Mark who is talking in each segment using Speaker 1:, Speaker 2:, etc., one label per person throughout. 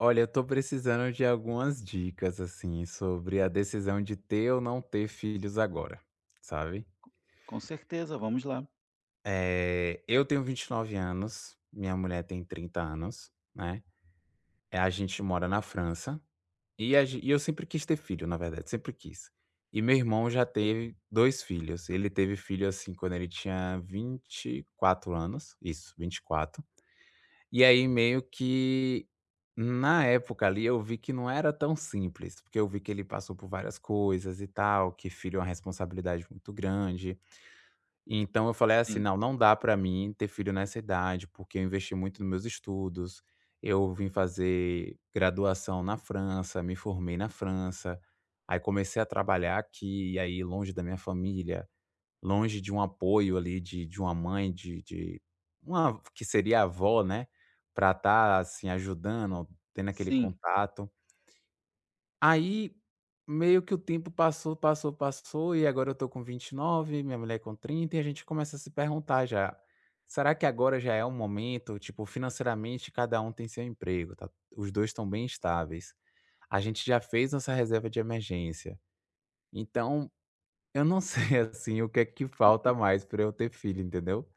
Speaker 1: Olha, eu tô precisando de algumas dicas, assim, sobre a decisão de ter ou não ter filhos agora, sabe?
Speaker 2: Com certeza, vamos lá.
Speaker 1: Eu tenho 29 anos, minha mulher tem 30 anos, né? A gente mora na França e, e eu sempre quis ter filho, na verdade, sempre quis. E meu irmão já teve dois filhos. Ele teve filho, assim, quando ele tinha 24 anos, isso, 24. E aí meio que, na época ali, eu vi que não era tão simples, porque eu vi que ele passou por várias coisas e tal, que filho é uma responsabilidade muito grande. Então eu falei assim:
Speaker 2: Sim,
Speaker 1: "Não, não dá pra mim ter filho nessa idade, porque eu investi muito nos meus estudos, eu vim fazer graduação na França, me formei na França, aí comecei a trabalhar aqui, e aí longe da minha família, longe de um apoio ali de uma mãe, de uma que seria a avó, né, pra estar, assim, ajudando, tendo aquele
Speaker 2: sim.
Speaker 1: contato. Aí, meio que o tempo passou, passou, passou e agora eu tô com 29, minha mulher com 30 e a gente começa a se perguntar já: "Será que agora já é o momento?" Tipo, financeiramente cada um tem seu emprego, tá, os 2 estão bem estáveis. A gente já fez nossa reserva de emergência. Então eu não sei, assim, o que é que falta mais pra eu ter filho, entendeu.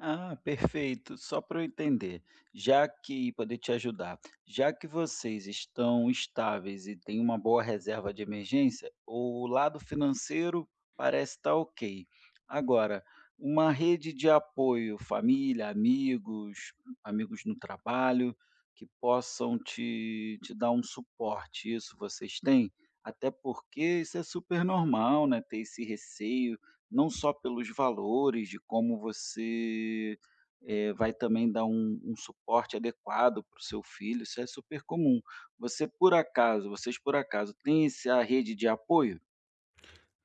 Speaker 2: Ah, perfeito. Só para eu entender, já que poder te ajudar, já que vocês estão estáveis e têm uma boa reserva de emergência, o lado financeiro parece estar ok. Agora, uma rede de apoio, família, amigos, amigos no trabalho, que possam te dar um suporte, isso vocês têm? Até porque isso é super normal, né? Ter esse receio. Não só pelos valores, de como você vai também dar um suporte adequado para o seu filho, isso é super comum. Vocês por acaso têm esse a rede de apoio?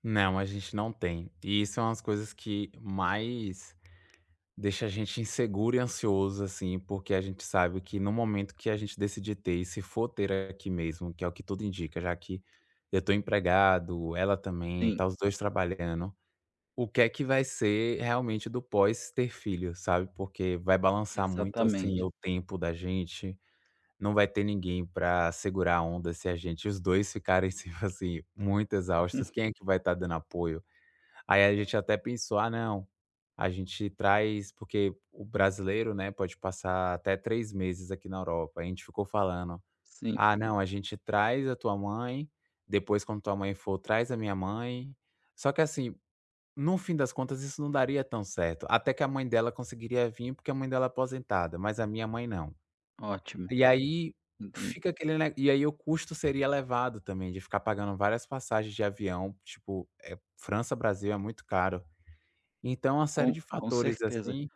Speaker 1: Não, a gente não tem. E isso é umas coisas que mais deixa a gente inseguro e ansioso, assim, porque a gente sabe que no momento que a gente decidir ter, e se for ter aqui mesmo, que é o que tudo indica, já que eu tô empregado, ela também,
Speaker 2: Sim,
Speaker 1: tá, os 2 trabalhando, o que é que vai ser realmente do pós ter filho, sabe, porque vai balançar muito, assim,
Speaker 2: exatamente.
Speaker 1: o tempo da gente. Não vai ter ninguém pra segurar a onda se a gente os 2 ficarem, tipo assim, muito exaustos, quem é que vai estar dando apoio? Aí a gente até pensou: "Ah não, a gente traz", porque o brasileiro, né, pode passar até 3 meses aqui na Europa, a gente ficou falando:
Speaker 2: Sim,
Speaker 1: "Ah não, a gente traz a tua mãe, depois quando tua mãe for, traz a minha mãe". Só que assim, no fim das contas isso não daria tão certo, até que a mãe dela conseguiria vir, porque a mãe dela é aposentada, mas a minha mãe não.
Speaker 2: ótimo,
Speaker 1: E aí
Speaker 2: entendi.
Speaker 1: fica aquele ne e aí o custo seria elevado também de ficar pagando várias passagens de avião, tipo, é França, Brasil é muito caro. Então uma série
Speaker 2: Com
Speaker 1: de
Speaker 2: com
Speaker 1: fatores,
Speaker 2: certeza.
Speaker 1: assim,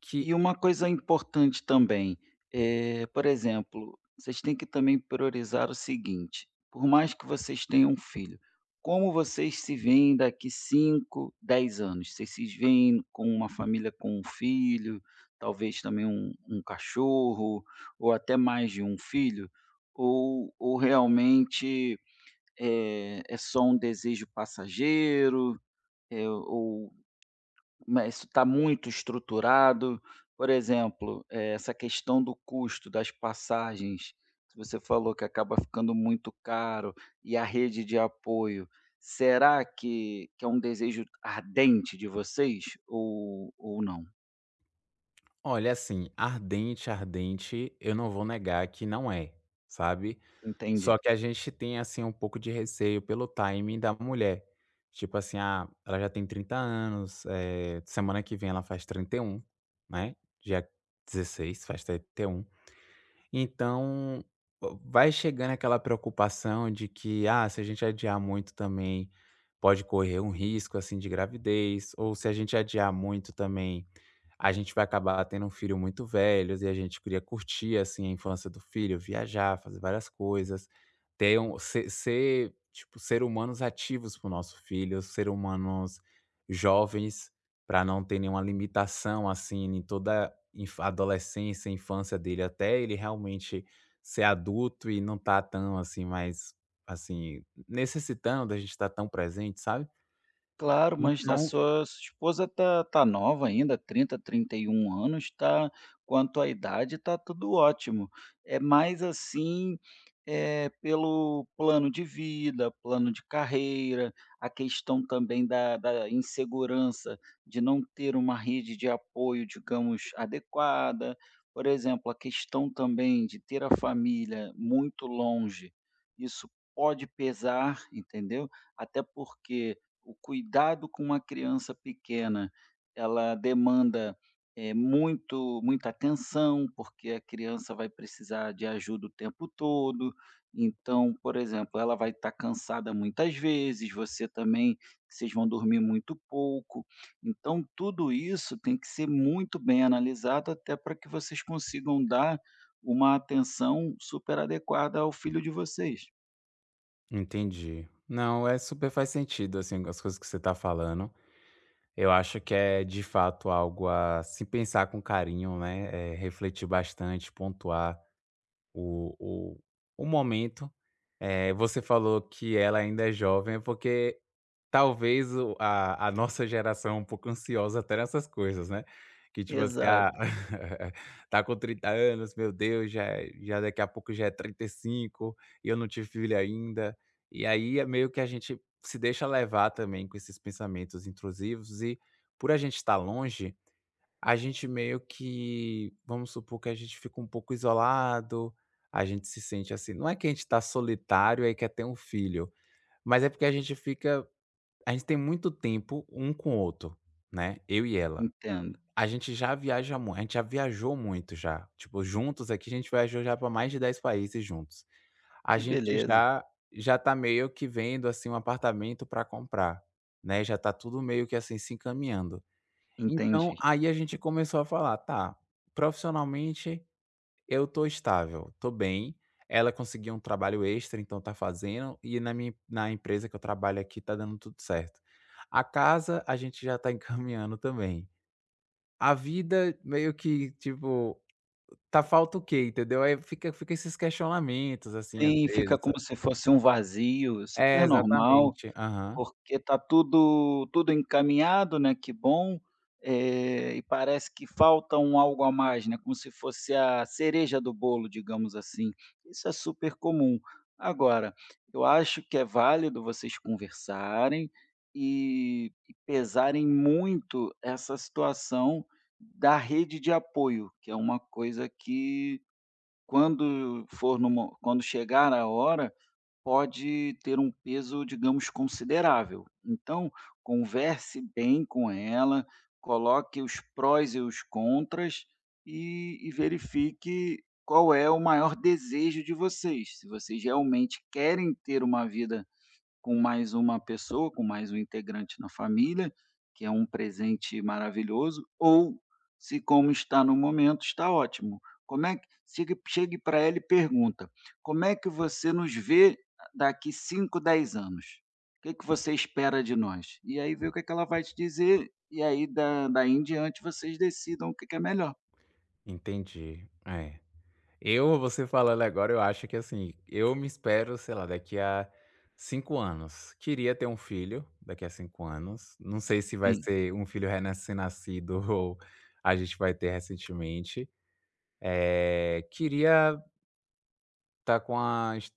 Speaker 1: que
Speaker 2: E uma coisa importante também, por exemplo, vocês têm que também priorizar o seguinte: por mais que vocês tenham um filho, como vocês se veem daqui 5, 10 anos? Vocês se veem com uma família com um filho, talvez também um cachorro, ou até mais de um filho? Ou realmente, é só um desejo passageiro, ou mas isso está muito estruturado? Por exemplo, essa questão do custo das passagens, que você falou que acaba ficando muito caro, e a rede de apoio, será que é um desejo ardente de vocês ou não?
Speaker 1: olha, assim, ardente, ardente, eu não vou negar que não é, sabe.
Speaker 2: Entendi.
Speaker 1: Só que a gente tem, assim, um pouco de receio pelo timing da mulher. Tipo assim, ah, ela já tem 30 anos, semana que vem ela faz 31, né, dia 16 faz 31. Então, vai chegando aquela preocupação de que, ah, se a gente adiar muito também pode correr um risco, assim, de gravidez, ou se a gente adiar muito também a gente vai acabar tendo um filho muito velho e a gente queria curtir, assim, a infância do filho, viajar, fazer várias coisas, ter um ser humanos ativos para o nosso filho, ser humanos jovens, para não ter nenhuma limitação, assim, em toda a inf adolescência, infância dele, até ele realmente ser adulto e não tá tão, assim, mais, assim, necessitando da gente estar tão presente, sabe.
Speaker 2: Claro, mas a
Speaker 1: Então.
Speaker 2: sua esposa tá nova ainda, trinta, trinta e um anos, tá quanto à idade, tá tudo ótimo. É mais assim, é pelo plano de vida, plano de carreira, a questão também da insegurança de não ter uma rede de apoio, digamos, adequada. Por exemplo, a questão também de ter a família muito longe, isso pode pesar, entendeu? Até porque o cuidado com uma criança pequena, ela demanda, muito muita atenção, porque a criança vai precisar de ajuda o tempo todo. Então, por exemplo, ela vai estar cansada muitas vezes, você também, vocês vão dormir muito pouco. Então, tudo isso tem que ser muito bem analisado, até para que vocês consigam dar uma atenção super adequada ao filho de vocês.
Speaker 1: Entendi. Não, é super faz sentido, assim, as coisas que você tá falando. Eu acho que é de fato algo a se pensar com carinho, né? É, refletir bastante, pontuar. O o o momento, você falou que ela ainda é jovem, é porque talvez o a nossa geração é um pouco ansiosa até nessas coisas, né, que tipo assim, ah,
Speaker 2: Exato.
Speaker 1: tá com 30 anos, meu Deus, já é, já daqui a pouco já é 35 e cinco, e eu não tive filho ainda. E aí é meio que a gente se deixa levar também com esses pensamentos intrusivos e por a gente estar longe, a gente meio que vamos supor que a gente fica um pouco isolado, a gente se sente assim, não é que a gente está solitário e quer ter um filho, mas é porque a gente fica, a gente tem muito tempo um com o outro, né, eu e ela.
Speaker 2: Entendo.
Speaker 1: A gente já viaja muito, a gente já viajou muito já, tipo, juntos aqui a gente viajou já para mais de 10 países juntos. A
Speaker 2: Que
Speaker 1: gente
Speaker 2: beleza,
Speaker 1: já tá meio que vendo, assim, um apartamento para comprar, né, já tá tudo meio que, assim, se encaminhando. Então,
Speaker 2: entendi.
Speaker 1: aí a gente começou a falar: "Tá, profissionalmente eu tô estável, tô bem". Ela conseguiu um trabalho extra, então tá fazendo, e na minha, na empresa que eu trabalho aqui tá dando tudo certo. A casa a gente já tá encaminhando também. A vida meio que, tipo, tá, falta o quê, entendeu? Aí fica esses questionamentos, assim, às
Speaker 2: Sim,
Speaker 1: vezes,
Speaker 2: fica
Speaker 1: sabe?
Speaker 2: como se fosse um vazio, é
Speaker 1: É,
Speaker 2: super normal,
Speaker 1: exatamente. Aham.
Speaker 2: porque está tudo encaminhado, né, que bom, e parece que falta um algo a mais, né, como se fosse a cereja do bolo, digamos assim. Isso é super comum. Agora, eu acho que é válido vocês conversarem e pesarem muito essa situação da rede de apoio, que é uma coisa que quando for no mo quando chegar a hora, pode ter um peso, digamos, considerável. Então, converse bem com ela, coloque os prós e os contras e verifique qual é o maior desejo de vocês. Se vocês realmente querem ter uma vida com mais uma pessoa, com mais um integrante na família, que é um presente maravilhoso, ou se como está no momento, está ótimo. Como é que chegue para ela e pergunta: como é que você nos vê daqui 5, 10 anos? O que você espera de nós? E aí vê o que ela vai te dizer, e aí daí em diante vocês decidam o que é melhor.
Speaker 1: Entendi. É. Eu, você falando agora, eu acho que assim, eu me espero, sei lá, daqui a 5 anos. Queria ter um filho daqui a 5 anos. Não sei se vai
Speaker 2: Sim,
Speaker 1: ser um filho recém-nascido ou a gente vai ter recentemente. Queria estar com a est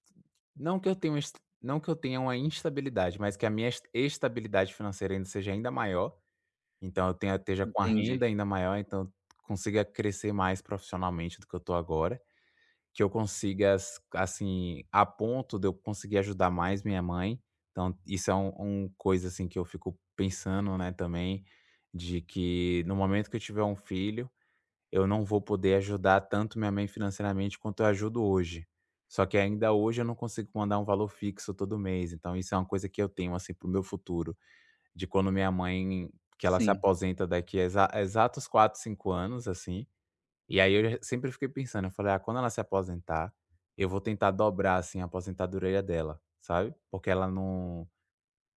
Speaker 1: não que eu tenha uma est não que eu tenha uma instabilidade, mas que a minha estabilidade financeira ainda seja ainda maior. Então eu tenha esteja com a renda
Speaker 2: entendi.
Speaker 1: ainda maior, então eu consiga crescer mais profissionalmente do que eu estou agora. Que eu consiga as assim, a ponto de eu conseguir ajudar mais minha mãe, então isso é um coisa, assim, que eu fico pensando, né, também, de que no momento que eu tiver um filho, eu não vou poder ajudar tanto minha mãe financeiramente quanto eu ajudo hoje. Só que ainda hoje eu não consigo mandar um valor fixo todo mês, então isso é uma coisa que eu tenho, assim, para o meu futuro, de quando minha mãe, que ela se
Speaker 2: Sim.
Speaker 1: aposenta daqui a exatos 4, 5 anos, assim, e aí eu já sempre fiquei pensando, eu falei: "Ah, quando ela se aposentar, eu vou tentar dobrar, assim, a aposentadoria dela", sabe. Porque ela não,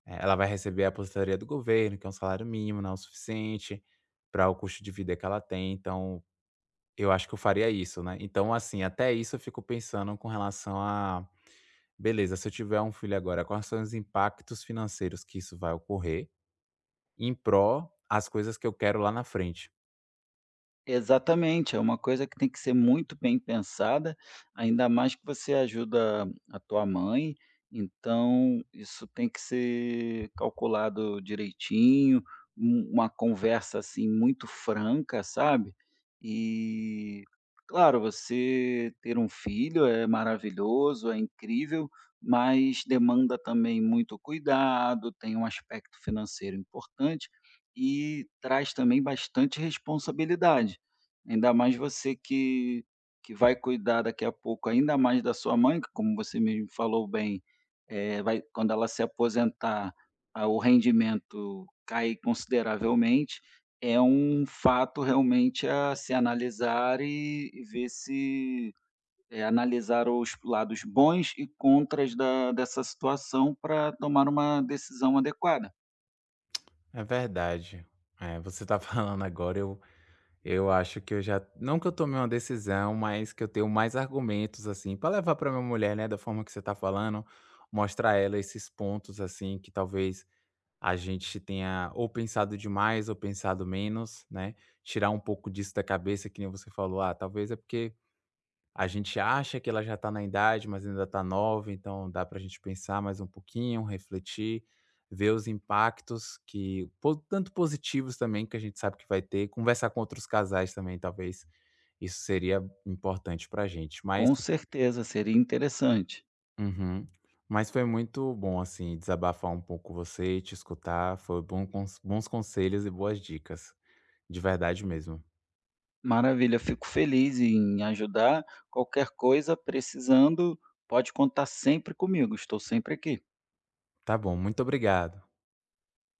Speaker 1: ela vai receber a aposentadoria do governo, que é um salário mínimo, não é o suficiente para o custo de vida que ela tem, então eu acho que eu faria isso, né. Então, assim, até isso eu fico pensando com relação a: "Beleza, se eu tiver um filho agora, quais são os impactos financeiros que isso vai ocorrer em pró as coisas que eu quero lá na frente?".
Speaker 2: Exatamente, é uma coisa que tem que ser muito bem pensada, ainda mais que você ajuda a tua mãe, então isso tem que ser calculado direitinho, uma conversa assim muito franca, sabe? E claro, você ter um filho é maravilhoso, é incrível, mas demanda também muito cuidado, tem um aspecto financeiro importante e traz também bastante responsabilidade. Ainda mais você que vai cuidar daqui a pouco ainda mais da sua mãe, que como você mesmo falou bem, vai quando ela se aposentar, ah, o rendimento cai consideravelmente, é um fato realmente a se analisar e ver se analisar os lados bons e contras da dessa situação para tomar uma decisão adequada.
Speaker 1: É verdade. É, você tá falando agora, eu. Eu acho que eu já não que eu tomei uma decisão, mas que eu tenho mais argumentos, assim, para levar para minha mulher, né, da forma que você tá falando, mostrar a ela esses pontos, assim, que talvez a gente tenha ou pensado demais ou pensado menos, né, tirar um pouco disso da cabeça, que nem você falou: "Ah, talvez é porque a gente acha que ela já está na idade, mas ainda está nova, então dá para a gente pensar mais um pouquinho, refletir, ver os impactos que po tanto positivos também, que a gente sabe que vai ter, conversar com outros casais também, talvez isso seria importante para a gente, mas
Speaker 2: Com certeza, seria interessante.
Speaker 1: Uhum. Mas foi muito bom, assim, desabafar um pouco com você, te escutar, foi bom cons bons conselhos e boas dicas, de verdade mesmo.
Speaker 2: Maravilha, fico feliz em ajudar. Qualquer coisa precisando, pode contar sempre comigo, estou sempre aqui.
Speaker 1: Tá bom, muito obrigado.